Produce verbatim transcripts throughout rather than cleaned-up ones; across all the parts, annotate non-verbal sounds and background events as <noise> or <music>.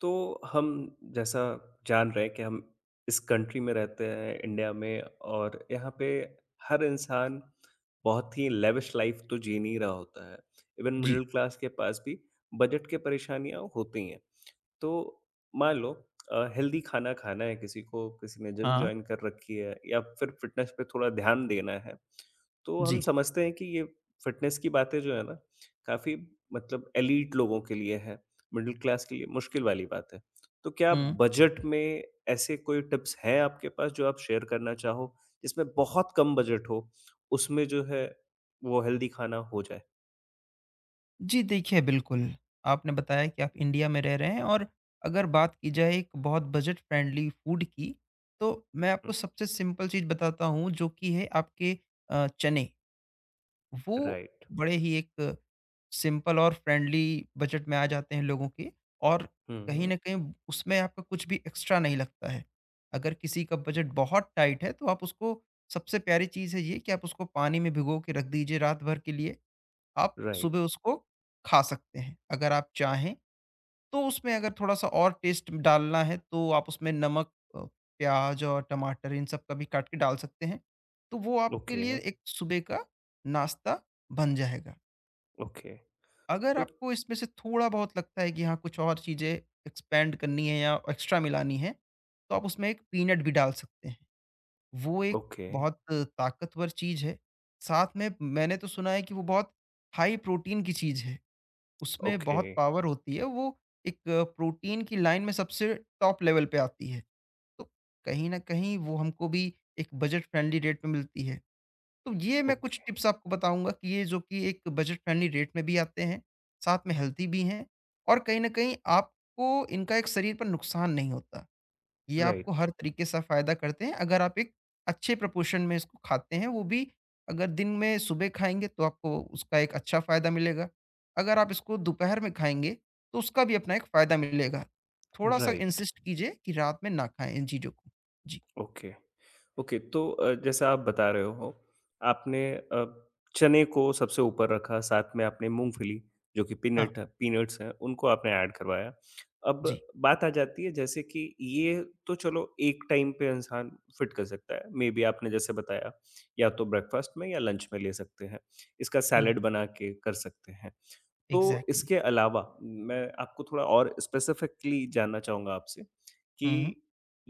तो हम जैसा जान रहे हैं कि हम इस कंट्री में रहते हैं इंडिया में और यहाँ पे हर इंसान बहुत ही लेविश लाइफ तो जी नहीं रहा होता है। इवन जी। मिडिल क्लास के पास भी बजट की परेशानियाँ होती हैं। तो मान लो अ, हेल्दी खाना खाना है किसी को, किसी ने जिम हाँ, जॉइन कर रखी है या फिर फ़िटनेस पे थोड़ा ध्यान देना है, तो हम जी। समझते हैं कि ये फ़िटनेस की बातें जो है ना, काफ़ी मतलब एलीट लोगों के लिए है, मिडल क्लास के लिए मुश्किल वाली बात है। तो क्या हुँ। बजट में ऐसे कोई टिप्स हैं आपके पास जो आप शेयर करना चाहो, जिसमें बहुत कम बजट हो, उसमें जो है वो हेल्दी खाना हो जाए? जी, देखिए बिल्कुल, आपने बताया कि आप इंडिया में रह रहे हैं और अगर बात की जाए एक बहुत बजट फ्रेंडली फूड की, तो मैं आपको हुँ, सबसे सिंपल चीज़ बताता हूँ जो कि है आपके अ, चने। वो राइट। बड़े ही एक सिंपल और फ्रेंडली बजट में आ जाते हैं लोगों के और हुँ, कहीं हुँ, न कहीं उसमें आपका कुछ भी एक्स्ट्रा नहीं लगता है। अगर किसी का बजट बहुत टाइट है तो आप उसको सबसे प्यारी चीज़ है ये कि आप उसको पानी में भिगो के रख दीजिए रात भर के लिए। आप सुबह राइट, उसको खा सकते हैं। अगर आप चाहें तो उसमें अगर थोड़ा-सा और टेस्ट डालना है तो आप उसमें नमक अ, प्याज़ और टमाटर इन सब का भी काट के डाल सकते हैं। तो वो आपके ओके, लिए एक सुबह का नाश्ता बन जाएगा। ओके, अगर तो आपको इसमें से थोड़ा-बहुत लगता है कि हाँ, कुछ और चीज़ें एक्सपेंड करनी है या एक्स्ट्रा मिलानी है, तो आप उसमें एक पीनट भी डाल सकते हैं। वो एक ओके, बहुत ताकतवर चीज़ है। साथ में मैंने तो सुना है कि वो बहुत हाई प्रोटीन की चीज़ है। उसमें ओके, बहुत पावर होती है, वो एक प्रोटीन की लाइन में सबसे टॉप लेवल पे आती है। तो कहीं न कहीं वो हमको भी एक बजट फ्रेंडली रेट में मिलती है। तो ये मैं कुछ ओके। टिप्स आपको बताऊँगा कि ये जो कि एक बजट फ्रेंडली रेट में भी आते हैं, साथ में हेल्दी भी हैं और कहीं न कहीं आपको इनका एक शरीर पर नुकसान नहीं होता। ये आपको राइट, हर तरीके से फ़ायदा करते हैं अगर आप एक अच्छे प्रपोर्शन में इसको खाते हैं, वो भी अगर दिन में सुबह खाएँगे तो आपको उसका एक अच्छा फ़ायदा मिलेगा। अगर आप इसको दोपहर में खाएँगे तो उसका भी अपना एक फ़ायदा मिलेगा। थोड़ा-सा राइट। इंसिस्ट कीजिए कि रात में ना खाएँ इन चीज़ों को। जी, ओके, ओके तो अ, जैसा आप बता रहे हो, आपने अ, चने को सबसे ऊपर रखा, साथ में आपने मूँगफली जो कि हाँ, पीनट है पीनट्स हैं, उनको आपने ऐड करवाया। अब जी। बात आ जाती है जैसे कि ये तो चलो एक टाइम पे इंसान फिट कर सकता है, मेबी आपने जैसे बताया, या तो ब्रेकफ़ास्ट में या लंच में ले सकते हैं। इसका हुँ, सैलेड बना के कर सकते हैं। तो एग्ज़ैक्टली। इसके अलावा मैं आपको थोड़ा और स्पेसिफिकली जानना चाहूँगा आपसे कि हुँ,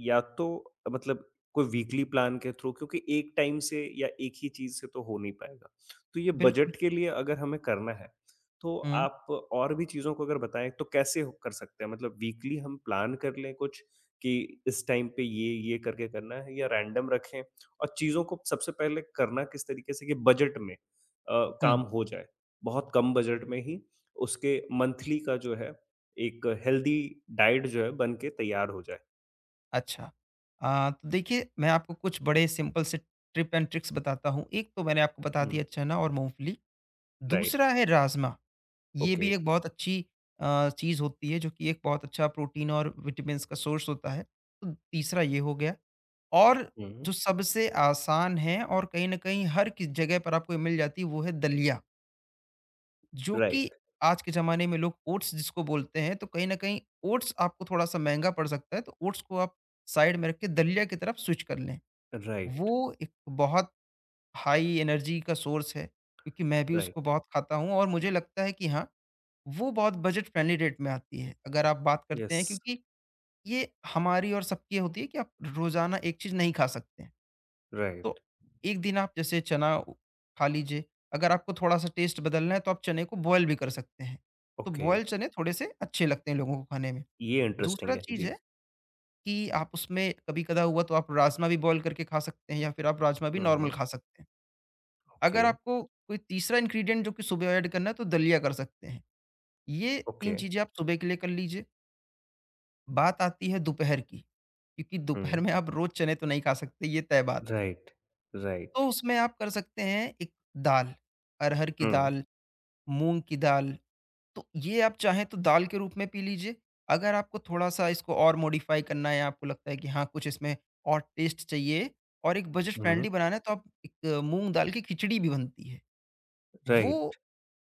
या तो मतलब कोई वीकली प्लान के थ्रू क्योंकि एक टाइम से या एक ही चीज़ से तो हो नहीं पाएगा। तो ये बिल्कुल। बजट के लिए अगर हमें करना है, तो हुँ, आप और भी चीज़ों को अगर बताएँ तो कैसे हो कर सकते हैं? मतलब वीकली हम प्लान कर लें कुछ कि इस टाइम पे ये, ये करके करना है या रैंडम रखें? और चीज़ों को सबसे पहले करना किस तरीके से कि बजट में अ, हुँ, काम हो जाए? बहुत कम बजट में ही उसके मंथली का जो है एक हेल्दी डाइट जो है बन के तैयार हो जाए। अच्छा। अ, तो देखिए मैं आपको कुछ बड़े सिंपल से टिप एंड ट्रिक्स बताता हूँ। एक तो मैंने आपको बता हुँ, दिया चना और मूँगफली, राइट, दूसरा है राज़मा। ये ओके, भी एक बहुत अच्छी अ, चीज़ होती है जो कि एक बहुत अच्छा प्रोटीन और विटामिन्स का सोर्स होता है। तो तीसरा ये हो गया और हुँ, जो सबसे आसान है और कहीं न कहीं हर किस जगह पर आपको मिल जाती है वो है दलिया, जो कि राइट, आज के ज़माने में लोग ओट्स जिसको बोलते हैं तो कहीं न कहीं ओट्स आपको थोड़ा-सा महँगा पड़ सकता है तो ओट्स को आप साइड में रख के दलिया की तरफ स्विच कर लें। राइट, वो एक बहुत हाई एनर्जी का सोर्स है क्योंकि मैं भी उसको राइट, बहुत खाता हूँ और मुझे लगता है कि हाँ वो बहुत बजट फ्रेंडली रेट में आती है, अगर आप बात करते हैं यस, क्योंकि ये हमारी और सबकी होती है कि आप रोज़ाना एक चीज़ नहीं खा सकते हैं। तो राइट, एक दिन आप जैसे चना उ खा लीजिए, अगर आपको थोड़ा-सा टेस्ट बदलना है तो आप चने को बॉयल भी कर सकते हैं। तो ओके, बॉयल चने थोड़े-से अच्छे लगते हैं लोगों को खाने में। ये इंटरेस्टिंग दूसरा है, चीज़ जी, है कि आप उसमें कभी-कदा हुआ तो आप राजमा भी बॉयल करके खा सकते हैं या फिर आप राजमा भी हुँ, नॉर्मल हुँ, खा सकते हैं। ओके, अगर आपको कोई तीसरा इंग्रीडिएंट जो कि सुबह ऐड करना है तो दलिया कर सकते हैं। ये ओके, तीन चीज़ें आप सुबह के लिए कर लीजिए। बात आती है दोपहर की, क्योंकि दोपहर हुँ, में आप रोज़ चने तो नहीं खा सकते, ये तय बात है। राइट, राइट, तो उसमें आप कर सकते हैं एक दाल, अरहर की हुँ, दाल, मूँग की दाल, तो ये आप चाहें तो दाल के रूप में पी लीजिए। अगर आपको थोड़ा-सा इसको और मॉडिफ़ाई करना है, आपको लगता है कि हाँ, कुछ इसमें और टेस्ट चाहिए और एक बजट हुँ, फ्रेंडली बनाना है, तो आप एक मूँग दाल की खिचड़ी भी बनती है। वो राइट,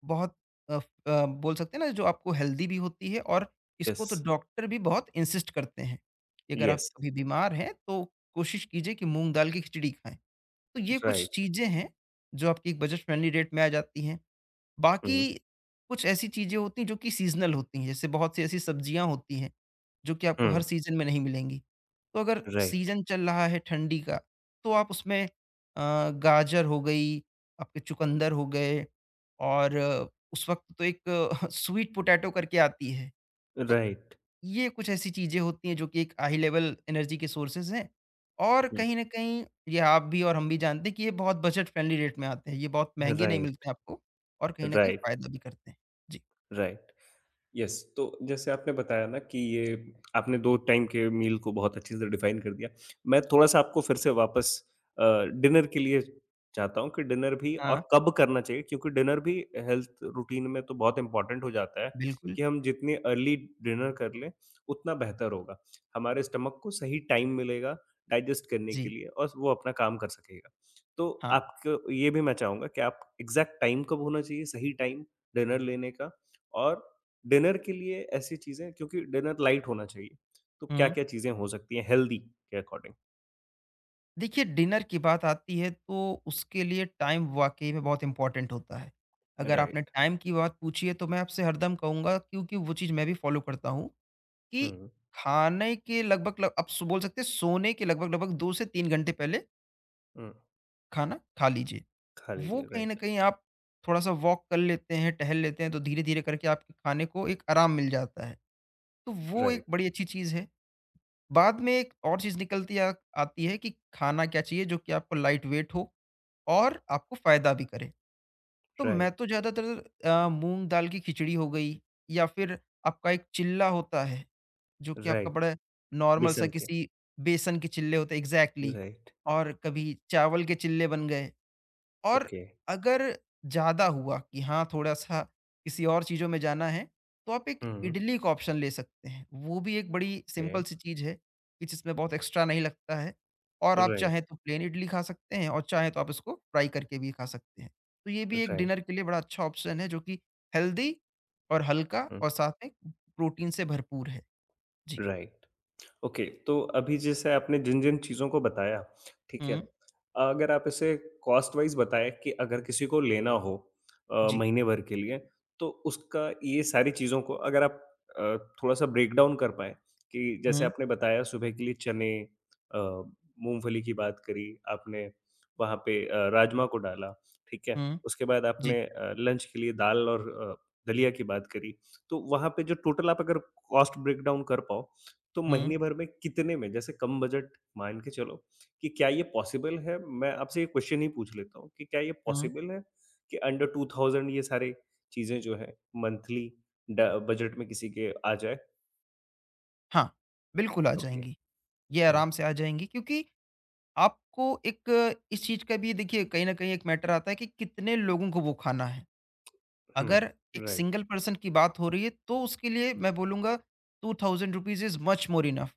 बहुत अ, फ- अ, बोल सकते हैं ना जो आपको हेल्दी भी होती है और इसको यस, तो डॉक्टर भी बहुत इंसिस्ट करते हैं कि अगर आप यस, कभी बीमार हैं तो कोशिश कीजिए कि मूँग दाल की खिचड़ी खाएँ। तो ये कुछ राइट, चीज़ें हैं जो आपकी एक बजट फ्रेंडली रेट में आ जाती हैं। बाकी हुँ, कुछ ऐसी चीज़ें होती हैं जो कि सीज़नल होती हैं, जैसे बहुत सी ऐसी सब्जियाँ होती हैं, जो कि आपको हर हुँ, सीज़न में नहीं मिलेंगी। तो अगर राइट, सीज़न चल रहा है ठंडी का, तो आप उसमें अ, गाजर हो गई, आपके चुकंदर हो गए और अ, उस वक़्त तो एक <laughs> स्वीट पोटैटो करके आती है, तो राइट, ये कुछ ऐसी चीज़ें होती हैं जो कि एक हाई लेवल एनर्जी के सोर्सेज़ हैं और हुँ, कहीं न कहीं ये आप भी और हम भी जानते हैं कि ये बहुत बजट फ्रेंडली रेट में आते हैं। ये बहुत महँगे नहीं राइट, मिलते हैं आपको और कहीं न कहीं राइट, फ़ायदा भी करते हैं। जी। राइट। यस तो जैसे आपने बताया ना कि ये आपने दो टाइम के मील को बहुत अच्छे से डिफाइन कर दिया। मैं थोड़ा-सा आपको फिर से वापस अ, डिनर के लिए चाहता हूँ कि डिनर भी हाँ, और कब करना चाहिए क्योंकि डिनर भी हेल्थ रूटीन में तो बहुत इम्पोर्टेंट हो जाता है बिल्कुल। कि हम जितने अर्ली डिनर कर लें, उतना बेहतर होगा। हमारे स्टमक को सही टाइम मिलेगा डाइजेस्ट करने के जी, लिए और वो अपना काम कर सकेगा। तो हाँ। आपको ये भी मैं चाहूँगा कि आप एग्ज़ैक्ट टाइम कब होना चाहिए, सही टाइम डिनर लेने का और डिनर के लिए ऐसी चीज़ें क्योंकि डिनर लाइट होना चाहिए, तो हुँ। क्या-क्या चीज़ें हो सकती हैं हेल्दी के अकॉर्डिंग? देखिए डिनर की बात आती है तो उसके लिए टाइम वाक़ई में बहुत इम्पोर्टेंट होता है। अगर आपने राइट। टाइम की बात पूछी है तो मैं आपसे हरदम कहूँगा क्योंकि वो चीज़ मैं भी फ़ॉलो करता हूँ कि हुँ, खाने के लगभग लग आप स बोल सकते हैं सोने के लगभग-लगभग दो से तीन घंटे पहले हुँ। खाना खा लीजिए। खा वो लीजिए, कहीं न राइट, कहीं आप थोड़ा-सा वॉक कर लेते हैं, टहल लेते हैं तो धीरे-धीरे करके आपके खाने को एक आराम मिल जाता है। तो वो एक राइट, बड़ी अच्छी चीज़ है। बाद में एक और चीज़ निकलती आ आती है कि खाना क्या चाहिए जो कि आपको लाइट वेट हो और आपको फ़ायदा भी करे। तो मैं राइट, तो ज़्यादातर अ, मूँग दाल की खिचड़ी हो गई या फिर आपका एक चिल्ला होता है, जो कि आपका राइट। बड़ा नॉर्मल सा बेसन के, किसी बेसन के चिल्ले होते हैं एग्ज़ैक्टली राइट, और कभी चावल के चिल्ले बन गए। और ओके। अगर ज़्यादा हुआ कि हाँ, थोड़ा-सा किसी और चीज़ों में जाना है, तो आप एक हुँ, इडली का ऑप्शन ले सकते हैं। वो भी एक बड़ी ओके, सिंपल सी चीज़ है कि जिसमें बहुत एक्स्ट्रा नहीं लगता है और आप राइट, चाहें तो प्लेन इडली खा सकते हैं और चाहें तो आप इसको फ्राई करके भी खा सकते हैं। तो ये भी एक राइट, डिनर के लिए बड़ा अच्छा ऑप्शन है जो कि हेल्दी और हल्का हुँ, और साथ में प्रोटीन से भरपूर है। जी। राइट। ओके, तो अभी जैसे आपने जिन-जिन चीज़ों को बताया, ठीक है? हुँ, अगर आप इसे कॉस्ट वाइज़ बताएँ कि अगर किसी को लेना हो अ, जी। महीने भर के लिए, तो उसका ये सारी चीज़ों को अगर आप अ, थोड़ा-सा ब्रेक डाउन कर पाएँ कि जैसे हुँ, आपने बताया सुबह के लिए चने अ, मूँगफली की बात करी आपने, वहाँ पे अ, राजमा को डाला, ठीक है? हुँ, उसके बाद जी। आपने अ, लंच के लिए दाल और अ, दलिया की बात करी, तो वहाँ पे जो टोटल आप अगर कॉस्ट ब्रेक डाउन कर पाओ तो हुँ, महीने भर में कितने में जैसे कम बजट मान के चलो कि क्या ये पॉसिबल है? मैं आपसे ये क्वेश्चन ही पूछ लेता हूँ कि क्या ये हुँ। पॉसिबल है कि अंडर दो हज़ार ये सारी चीज़ें जो हैं मंथली ड बजट में किसी के आ जाए? हाँ, बिल्कुल आ ओके। जाएँगी। ये हुँ, आराम से आ जाएँगी क्योंकि आपको एक इस चीज़ का भी देखिए कहीं न कहीं एक मैटर आता है कि कितने लोगों को वो खाना है। हुँ, अगर एक राइट, सिंगल पर्सन की बात हो रही है तो उसके लिए मैं बोलूँगा two thousand rupees is much more enough.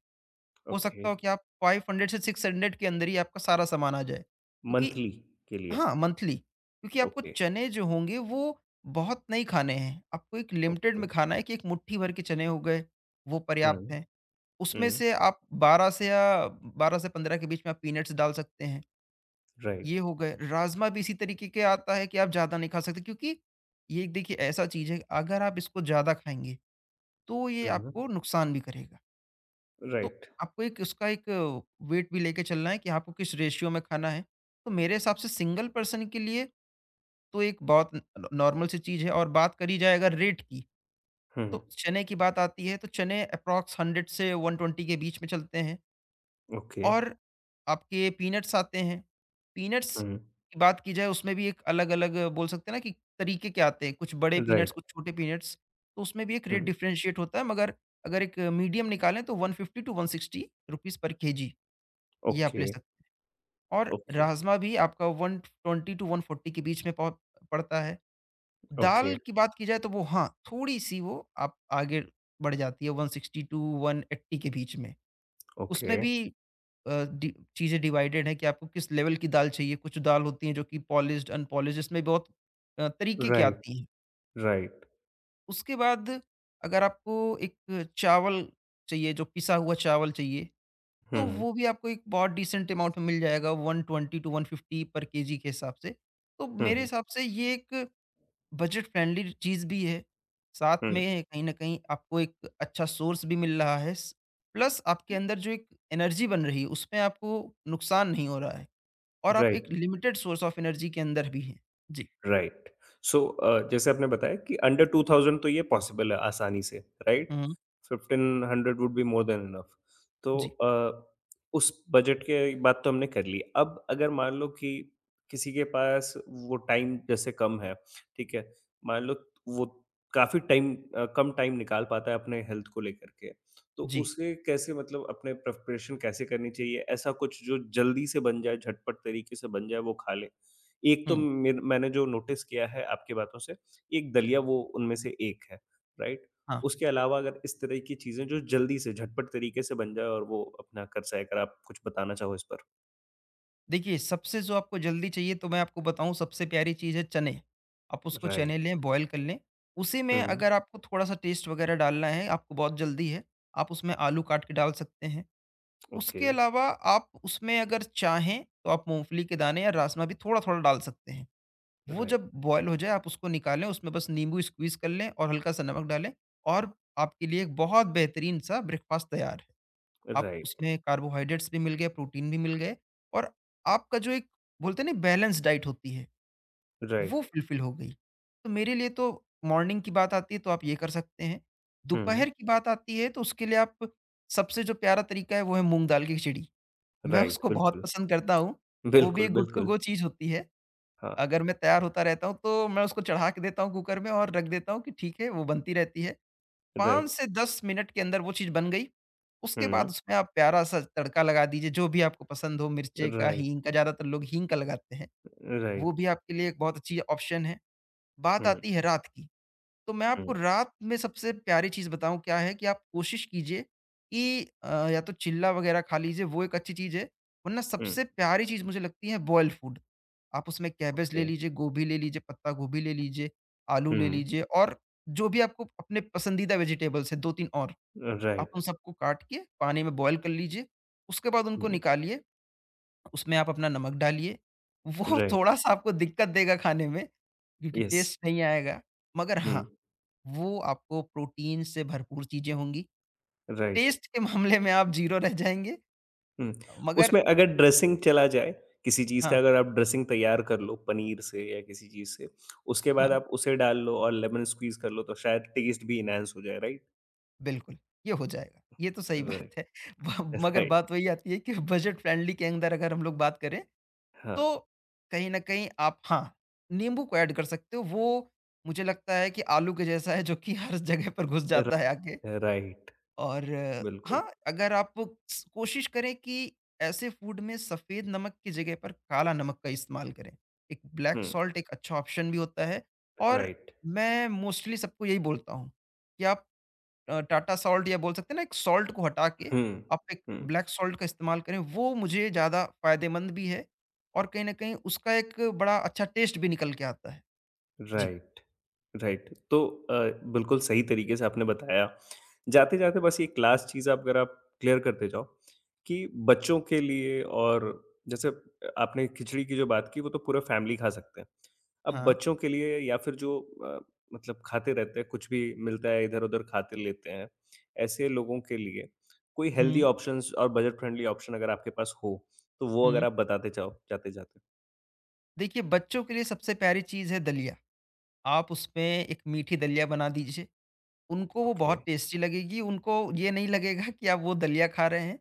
हो ओके। सकता हो कि आप पाँच सौ से छह सौ के अंदर ही आपका सारा सामान आ जाए। क्योंकि मंथली के लिए, हाँ, मंथली क्योंकि आपको ओके, चने जो होंगे वो बहुत नहीं खाने हैं। आपको एक लिमिटेड ओके। में खाना है कि एक मुट्ठी भर के चने हो गए, वो हुँ, पर्याप्त हैं। उसमें हुँ, से आप बारह से या बारह से पंद्रह के बीच में आप पीनट्स डाल सकते हैं। ये राइट, हो गए, राजमा भी इसी तरीके के आता है कि आप ज़्यादा नहीं खा सकते क्योंकि ये एक देखिए ऐसा चीज़ है अगर आप इसको ज़्यादा खाएँगे, तो ये हुँ, आपको नुकसान भी करेगा। तो राइट, आपको एक उसका एक वेट भी लेके चलना है कि आपको किस रेशियो में खाना है। तो मेरे हिसाब से सिंगल पर्सन के लिए तो एक बहुत न नॉर्मल सी चीज़ है और बात करी जाए अगर रेट की, हुँ, तो चने की बात आती है तो चने अप्रॉक्स सौ से एक सौ बीस के बीच में चलते हैं। ओके, और आपके पीनट्स आते हैं। पीनट्स हुँ, की बात की जाए उसमें भी एक अलग-अलग बोल सकते हैं ना कि तरीके के आते हैं, कुछ बड़े पीनट्स, राइट, कुछ छोटे पीनट्स। तो उसमें भी एक रेट हुँ, डिफरेंशिएट होता है मगर अगर एक मीडियम निकालें तो एक सौ पचास टू एक सौ साठ रुपीज़ पर केजी ये आप ओके, ले सकते हैं। और ओके, राजमा भी आपका एक सौ बीस टू एक सौ चालीस के बीच में पौ पड़ता है। ओके, दाल की बात की जाए तो वो हाँ, थोड़ी-सी वो आप आगे बढ़ जाती है एक सौ साठ टू एक सौ अस्सी के बीच में। ओके, उसमें भी अ, डि चीज़ें डिवाइडेड हैं कि आपको किस लेवल की दाल चाहिए। कुछ दाल होती हैं जो कि पॉलिश्ड, अनपॉलिश्ड इसमें बहुत अ, तरीके की राइट, आती हैं। राइट। उसके बाद अगर आपको एक चावल चाहिए, जो पिसा हुआ चावल चाहिए, तो Hmm. वो भी आपको एक बहुत डिसेंट अमाउंट में मिल जाएगा एक सौ बीस टू एक सौ पचास पर केजी के हिसाब से। तो मेरे Hmm. हिसाब से ये एक बजट फ्रेंडली चीज़ भी है। साथ Hmm. में कहीं न कहीं आपको एक अच्छा सोर्स भी मिल रहा है। स प्लस आपके अंदर जो एक एनर्जी बन रही है उसमें आपको नुकसान नहीं हो रहा है। और आप Right. एक लिमिटेड सोर्स ऑफ एनर्जी के अंदर भी हैं। जी। राइट। सो अ, जैसे आपने बताया कि अंडर दो हज़ार तो ये पॉसिबल है आसानी से, राइट? हुँ, fifteen hundred would be more than enough. तो जी, अ, उस बजट की बात तो हमने कर ली। अब अगर मान लो कि किसी के पास वो टाइम जैसे कम है, ठीक है? मान लो वो काफ़ी टाइम अ, कम टाइम निकाल पाता है अपने हेल्थ को लेकर के, तो जी, उसे कैसे मतलब अपने प्रिपरेशन कैसे करनी चाहिए? ऐसा कुछ जो जल्दी से बन जाए, झटपट तरीके से बन जाए, वो खा ले? एक तो हुँ, मेर मैंने जो नोटिस किया है आपकी बातों से, एक दलिया वो उनमें से एक है, राइट? हाँ। उसके अलावा अगर इस तरह की चीज़ें जो जल्दी से झटपट तरीके से बन जाए और वो अपना कर जाए, अगर आप कुछ बताना चाहो इस पर? देखिए, सबसे जो आपको जल्दी चाहिए तो मैं आपको बताऊँ सबसे प्यारी चीज़ है चने। आप उसको चने राइट, लें, बॉयल कर लें। उसी में हुँ, अगर आपको थोड़ा-सा टेस्ट वगैरह डालना है, आपको बहुत जल्दी है, आप उसमें आलू काट के डाल सकते हैं। ओके, उसके अलावा आप उसमें अगर चाहें तो आप मूँगफली के दाने या राजमा भी थोड़ा-थोड़ा डाल सकते हैं। वो राइट, जब बॉयल हो जाए आप उसको निकालें, उसमें बस नींबू स्क्वीज़ कर लें और हल्का-सा नमक डालें और आपके लिए एक बहुत बेहतरीन-सा ब्रेकफ़ास्ट तैयार है। आप राइट, उसमें कार्बोहाइड्रेट्स भी मिल गए, प्रोटीन भी मिल गए और आपका जो एक बोलते हैं ना बैलेंस डाइट होती है, वो राइट, फुलफ़िल हो गई। तो मेरे लिए तो मॉर्निंग की बात आती है तो आप ये कर सकते हैं। हुँ, दोपहर की बात आती है तो उसके लिए आप सबसे जो प्यारा तरीका है वो है मूँग दाल की खिचड़ी। मैं राइट, उसको बहुत बिल्कुल, पसंद करता हूँ, वो भी बिल्कुल, एक गुड टू बिल्कुल, गो चीज़ होती है। हाँ, अगर मैं तैयार होता रहता हूँ तो मैं उसको चढ़ा के देता हूँ कुकर में और रख देता हूँ कि ठीक है वो बनती रहती है। पाँच राइट, से दस मिनट के अंदर वो चीज़ बन गई। उसके हुँ, बाद उसमें आप प्यारा-सा तड़का लगा दीजिए जो भी आपको पसंद हो मिर्चे का, राइट, हींग का, ज़्यादातर लोग हींग का लगाते हैं। वो राइट, भी आपके लिए एक बहुत अच्छी ऑप्शन है। बात हुँ, आती है रात की। तो मैं आपको हुँ, रात में सबसे प्यारी चीज़ बताऊँ क्या है कि आप कोशिश कीजिए कि अ, या तो चिल्ला वगैरह खा लीजिए वो एक अच्छी चीज़ है, वरना हुँ, सबसे प्यारी चीज़ मुझे लगती है बॉइल्ड फूड। आप उसमें कैबेज ले ओके, लीजिए, गोभी ले लीजिए, पत्ता गोभी ले लीजिए, आलू ले हुँ, लीजिए और जो भी आपको अपने पसंदीदा वेजिटेबल्स हैं दो तीन और, आप उन राइट, सबको काट के पानी में बॉयल कर लीजिए। उसके बाद उनको हुँ, निकालिए, उसमें आप अपना नमक डालिए। वो राइट, थोड़ा-सा आपको दिक्कत देगा खाने में, क्योंकि येस, टेस्ट नहीं आएगा, मगर हुँ, हाँ वो आपको प्रोटीन से भरपूर चीज़ें होंगी। राइट। टेस्ट के मामले में आप ज़ीरो रह जाएँगे हुँ, मगर उसमें अगर ड्रेसिंग चला जाए, किसी चीज़ हाँ, का अगर आप ड्रेसिंग तैयार कर लो पनीर से या किसी चीज़ से, उसके बाद हाँ, आप उसे डाल लो और लेमन स्क्वीज़ कर लो तो शायद टेस्ट भी एनहांस हो जाए, राइट? बिल्कुल, ये हो जाएगा। ये तो सही बात राइट, है। ब मगर राइट, बात वही आती है कि बजट फ्रेंडली के अंदर अगर हम लोग बात करें, हाँ, तो कहीं न कहीं आप हाँ, नींबू को ऐड कर सकते हो। वो मुझे लगता है कि आलू के जैसा है जो कि हर जगह पर घुस र जाता है आके। राइट, और अ, बिल्कुल। हाँ, अगर आप स कोशिश करें कि ऐसे फूड में सफ़ेद नमक की जगह पर काला नमक का इस्तेमाल करें। एक ब्लैक हुँ, सॉल्ट एक अच्छा ऑप्शन भी होता है और राइट, मैं मोस्टली सबको यही बोलता हूँ कि आप अ, टाटा सॉल्ट या बोल सकते हैं ना एक सॉल्ट को हटा के हुँ, आप एक हुँ, ब्लैक सॉल्ट का इस्तेमाल करें, वो मुझे ज़्यादा फ़ायदेमंद भी है और कहीं न कहीं उसका एक बड़ा अच्छा टेस्ट भी निकल के आता है। जी। राइट। राइट तो अ, बिल्कुल सही तरीके से आपने बताया। जाते-जाते बस एक लास्ट चीज़ आप अगर आप क्लियर करते जाओ कि बच्चों के लिए और जैसे आपने खिचड़ी की जो बात की वो तो पूरा फैमिली खा सकते हैं। अब हाँ। बच्चों के लिए या फिर जो अ, मतलब खाते रहते हैं, कुछ भी मिलता है इधर-उधर खाते लेते हैं, ऐसे लोगों के लिए कोई हेल्दी हुँ, ऑप्शंस और बजट फ्रेंडली ऑप्शन अगर आपके पास हो, तो वो अगर हुँ। आप बताते जाओ जाते-जाते? देखिए बच्चों के लिए सबसे प्यारी चीज़ है दलिया। आप उसमें एक मीठी दलिया बना दीजिए, उनको वो ओके। बहुत टेस्टी लगेगी, उनको ये नहीं लगेगा कि आप वो दलिया खा रहे हैं।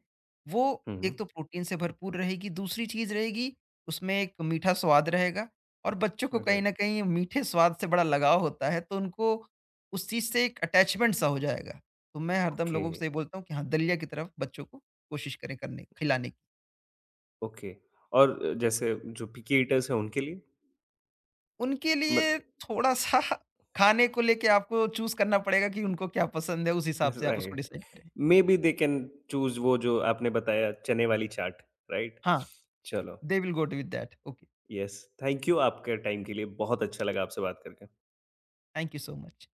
वो हुँ, हुँ। एक तो प्रोटीन से भरपूर रहेगी, दूसरी चीज़ रहेगी उसमें एक मीठा स्वाद रहेगा और बच्चों को कहीं राइट, न कहीं मीठे स्वाद से बड़ा लगाव होता है, तो उनको उस चीज़ से एक अटैचमेंट सा हो जाएगा। तो मैं हरदम ओके। लोगों से ये बोलता हूँ कि हाँ, दलिया की तरफ बच्चों को कोशिश करें करने खिलाने की। ओके और अ, जैसे जो पिकी ईटर्स हैं उनके लिए? उनके मत लिए थोड़ा-सा खाने को लेके आपको चूज़ करना पड़ेगा कि उनको क्या पसंद है, उस हिसाब से आप उसको राइट, डिसाइड करें। मेबी दे कैन चूज़ वो जो आपने बताया चने वाली चाट, राइट? Huh, चलो, they will go to with that. Okay. Yes, thank you आपके टाइम के लिए, बहुत अच्छा लगा आपसे बात करके। Thank you so much.